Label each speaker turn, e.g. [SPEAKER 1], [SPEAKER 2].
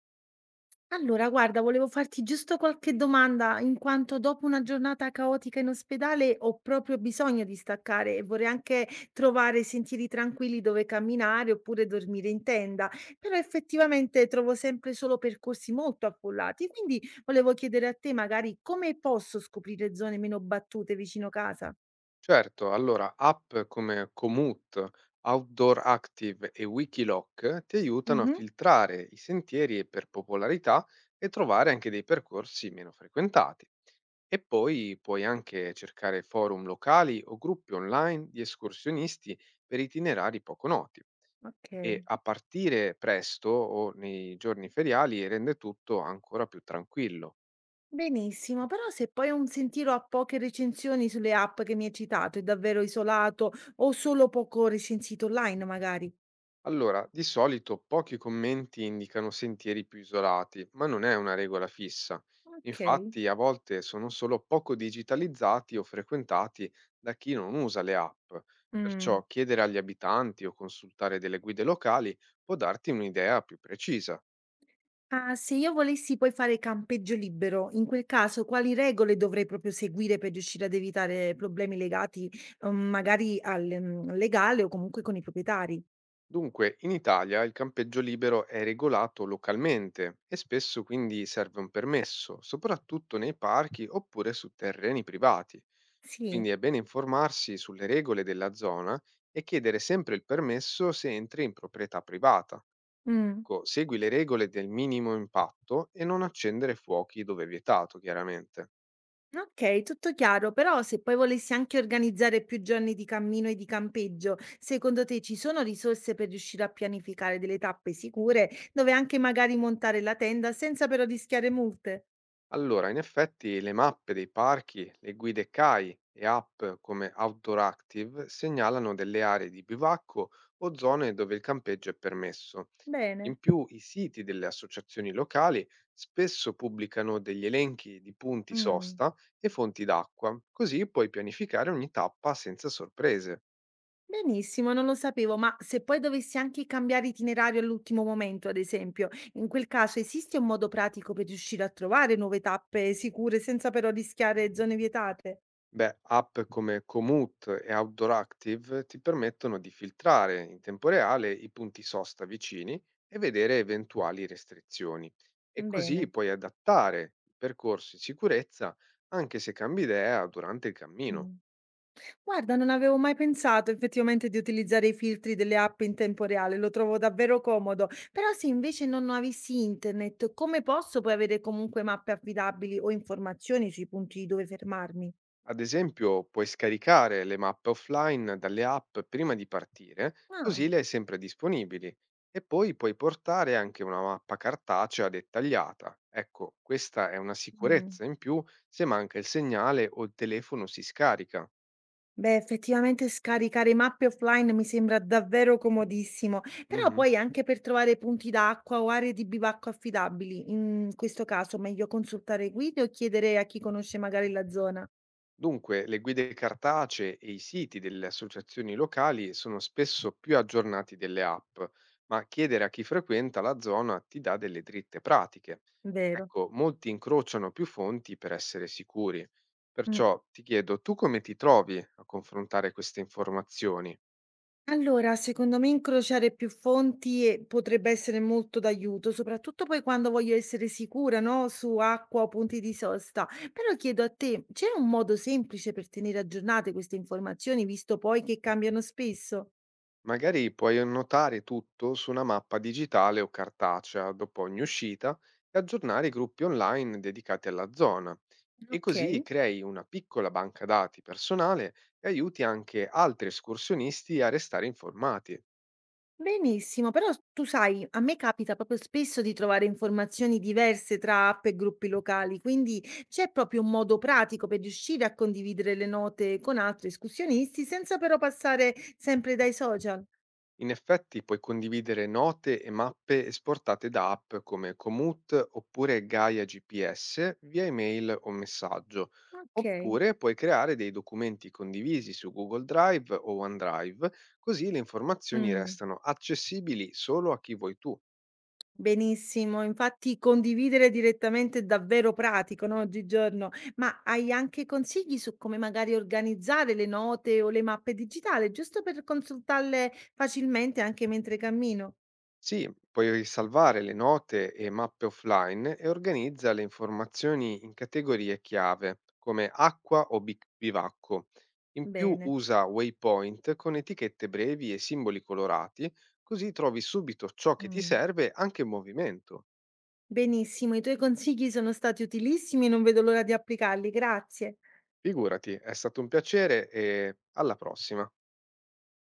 [SPEAKER 1] Allora, guarda, volevo farti giusto qualche domanda, in quanto dopo una giornata caotica in ospedale ho proprio bisogno di staccare e vorrei anche trovare sentieri tranquilli dove camminare oppure dormire in tenda, però effettivamente trovo sempre solo percorsi molto affollati, quindi volevo chiedere a te magari come posso scoprire zone meno battute vicino casa.
[SPEAKER 2] Certo, allora app come Komoot, Outdoor Active e Wikiloc ti aiutano a
[SPEAKER 1] Mhm.
[SPEAKER 2] filtrare i sentieri per popolarità e trovare anche dei percorsi meno frequentati. E poi puoi anche cercare forum locali o gruppi online di escursionisti per itinerari poco noti. E
[SPEAKER 1] Ok.
[SPEAKER 2] a partire presto o nei giorni feriali rende tutto ancora più tranquillo.
[SPEAKER 1] Benissimo, però se poi un sentiero ha poche recensioni sulle app che mi hai citato, è davvero isolato o solo poco recensito online magari?
[SPEAKER 2] Allora, di solito pochi commenti indicano sentieri più isolati, ma non è una regola fissa.
[SPEAKER 1] Ok.
[SPEAKER 2] Infatti, a volte sono solo poco digitalizzati o frequentati da chi non usa le app.
[SPEAKER 1] Mm.
[SPEAKER 2] Perciò chiedere agli abitanti o consultare delle guide locali può darti un'idea più precisa.
[SPEAKER 1] Ah, se io volessi poi fare campeggio libero, in quel caso quali regole dovrei proprio seguire per riuscire ad evitare problemi legati, magari al legale o comunque con i proprietari?
[SPEAKER 2] Dunque, in Italia il campeggio libero è regolato localmente e spesso quindi serve un permesso, soprattutto nei parchi oppure su terreni privati.
[SPEAKER 1] Sì.
[SPEAKER 2] Quindi è bene informarsi sulle regole della zona e chiedere sempre il permesso se entri in proprietà privata.
[SPEAKER 1] Mm.
[SPEAKER 2] Ecco, segui le regole del minimo impatto e non accendere fuochi dove è vietato, chiaramente.
[SPEAKER 1] Okay, tutto chiaro, però se poi volessi anche organizzare più giorni di cammino e di campeggio, secondo te ci sono risorse per riuscire a pianificare delle tappe sicure, dove anche magari montare la tenda senza però rischiare multe?
[SPEAKER 2] Allora, in effetti le mappe dei parchi, le guide CAI e app come Outdoor Active segnalano delle aree di bivacco o zone dove il campeggio è permesso. In
[SPEAKER 1] Bene.
[SPEAKER 2] più, i siti delle associazioni locali spesso pubblicano degli elenchi di punti
[SPEAKER 1] Mh.
[SPEAKER 2] sosta e fonti d'acqua, così puoi pianificare ogni tappa senza sorprese.
[SPEAKER 1] Benissimo, non lo sapevo, ma se poi dovessi anche cambiare itinerario all'ultimo momento, ad esempio, in quel caso esiste un modo pratico per riuscire a trovare nuove tappe sicure senza però rischiare zone vietate?
[SPEAKER 2] Beh, app come Komoot e Outdoor Active ti permettono di filtrare in tempo reale i punti sosta vicini e vedere eventuali restrizioni. E così
[SPEAKER 1] Bene.
[SPEAKER 2] puoi adattare il percorso in sicurezza anche se cambi idea durante il
[SPEAKER 1] Mh.
[SPEAKER 2] cammino.
[SPEAKER 1] Guarda, non avevo mai pensato effettivamente di utilizzare i filtri delle app in tempo reale, lo trovo davvero comodo. Però se invece non avessi internet, come posso poi avere comunque mappe affidabili o informazioni sui punti dove fermarmi?
[SPEAKER 2] Ad esempio, puoi scaricare le mappe offline dalle app prima di partire,
[SPEAKER 1] Ah.
[SPEAKER 2] così le hai sempre disponibili. E poi puoi portare anche una mappa cartacea dettagliata. Ecco, questa è una
[SPEAKER 1] Mm.
[SPEAKER 2] sicurezza in più se manca il segnale o il telefono si scarica.
[SPEAKER 1] Beh, effettivamente scaricare mappe offline mi sembra davvero comodissimo, però
[SPEAKER 2] Mhm.
[SPEAKER 1] poi anche per trovare punti d'acqua o aree di bivacco affidabili, in questo caso meglio consultare guide o chiedere a chi conosce magari la zona,
[SPEAKER 2] Dunque, le guide cartacee e i siti delle associazioni locali sono spesso più aggiornati delle app, ma chiedere a chi frequenta la zona ti dà delle dritte pratiche.
[SPEAKER 1] vero?
[SPEAKER 2] Ecco, molti incrociano più fonti per essere sicuri.
[SPEAKER 1] Mm.
[SPEAKER 2] Perciò ti chiedo, tu come ti trovi a confrontare queste informazioni?
[SPEAKER 1] Allora, secondo me incrociare più fonti, potrebbe essere molto d'aiuto, soprattutto poi quando voglio essere sicura, no, su acqua o punti di sosta. Però chiedo a te, c'è un modo semplice per tenere aggiornate queste informazioni, visto poi che cambiano spesso?
[SPEAKER 2] Magari puoi annotare tutto su una mappa digitale o cartacea dopo ogni uscita e aggiornare i gruppi online dedicati alla zona. E così
[SPEAKER 1] Ok.
[SPEAKER 2] crei una piccola banca dati personale e aiuti anche altri escursionisti a restare informati.
[SPEAKER 1] Benissimo, però tu sai, a me capita proprio spesso di trovare informazioni diverse tra app e gruppi locali, quindi c'è proprio un modo pratico per riuscire a condividere le note con altri escursionisti senza però passare sempre dai social.
[SPEAKER 2] In effetti puoi condividere note e mappe esportate da app come Komoot oppure Gaia GPS via email o messaggio,
[SPEAKER 1] Okay.
[SPEAKER 2] oppure puoi creare dei documenti condivisi su Google Drive o OneDrive, così le informazioni
[SPEAKER 1] Mh.
[SPEAKER 2] restano accessibili solo a chi vuoi tu.
[SPEAKER 1] Benissimo. Infatti condividere direttamente è davvero pratico, no, oggigiorno. Ma hai anche consigli su come magari organizzare le note o le mappe digitali, giusto per consultarle facilmente anche mentre cammino?
[SPEAKER 2] Sì, puoi salvare le note e mappe offline e organizza le informazioni in categorie chiave, come acqua o bivacco. In più
[SPEAKER 1] Bene.
[SPEAKER 2] usa waypoint con etichette brevi e simboli colorati, così trovi subito ciò che ti
[SPEAKER 1] Mh.
[SPEAKER 2] serve anche in movimento.
[SPEAKER 1] Benissimo, i tuoi consigli sono stati utilissimi e non vedo l'ora di applicarli. Grazie.
[SPEAKER 2] Figurati, è stato un piacere e alla prossima.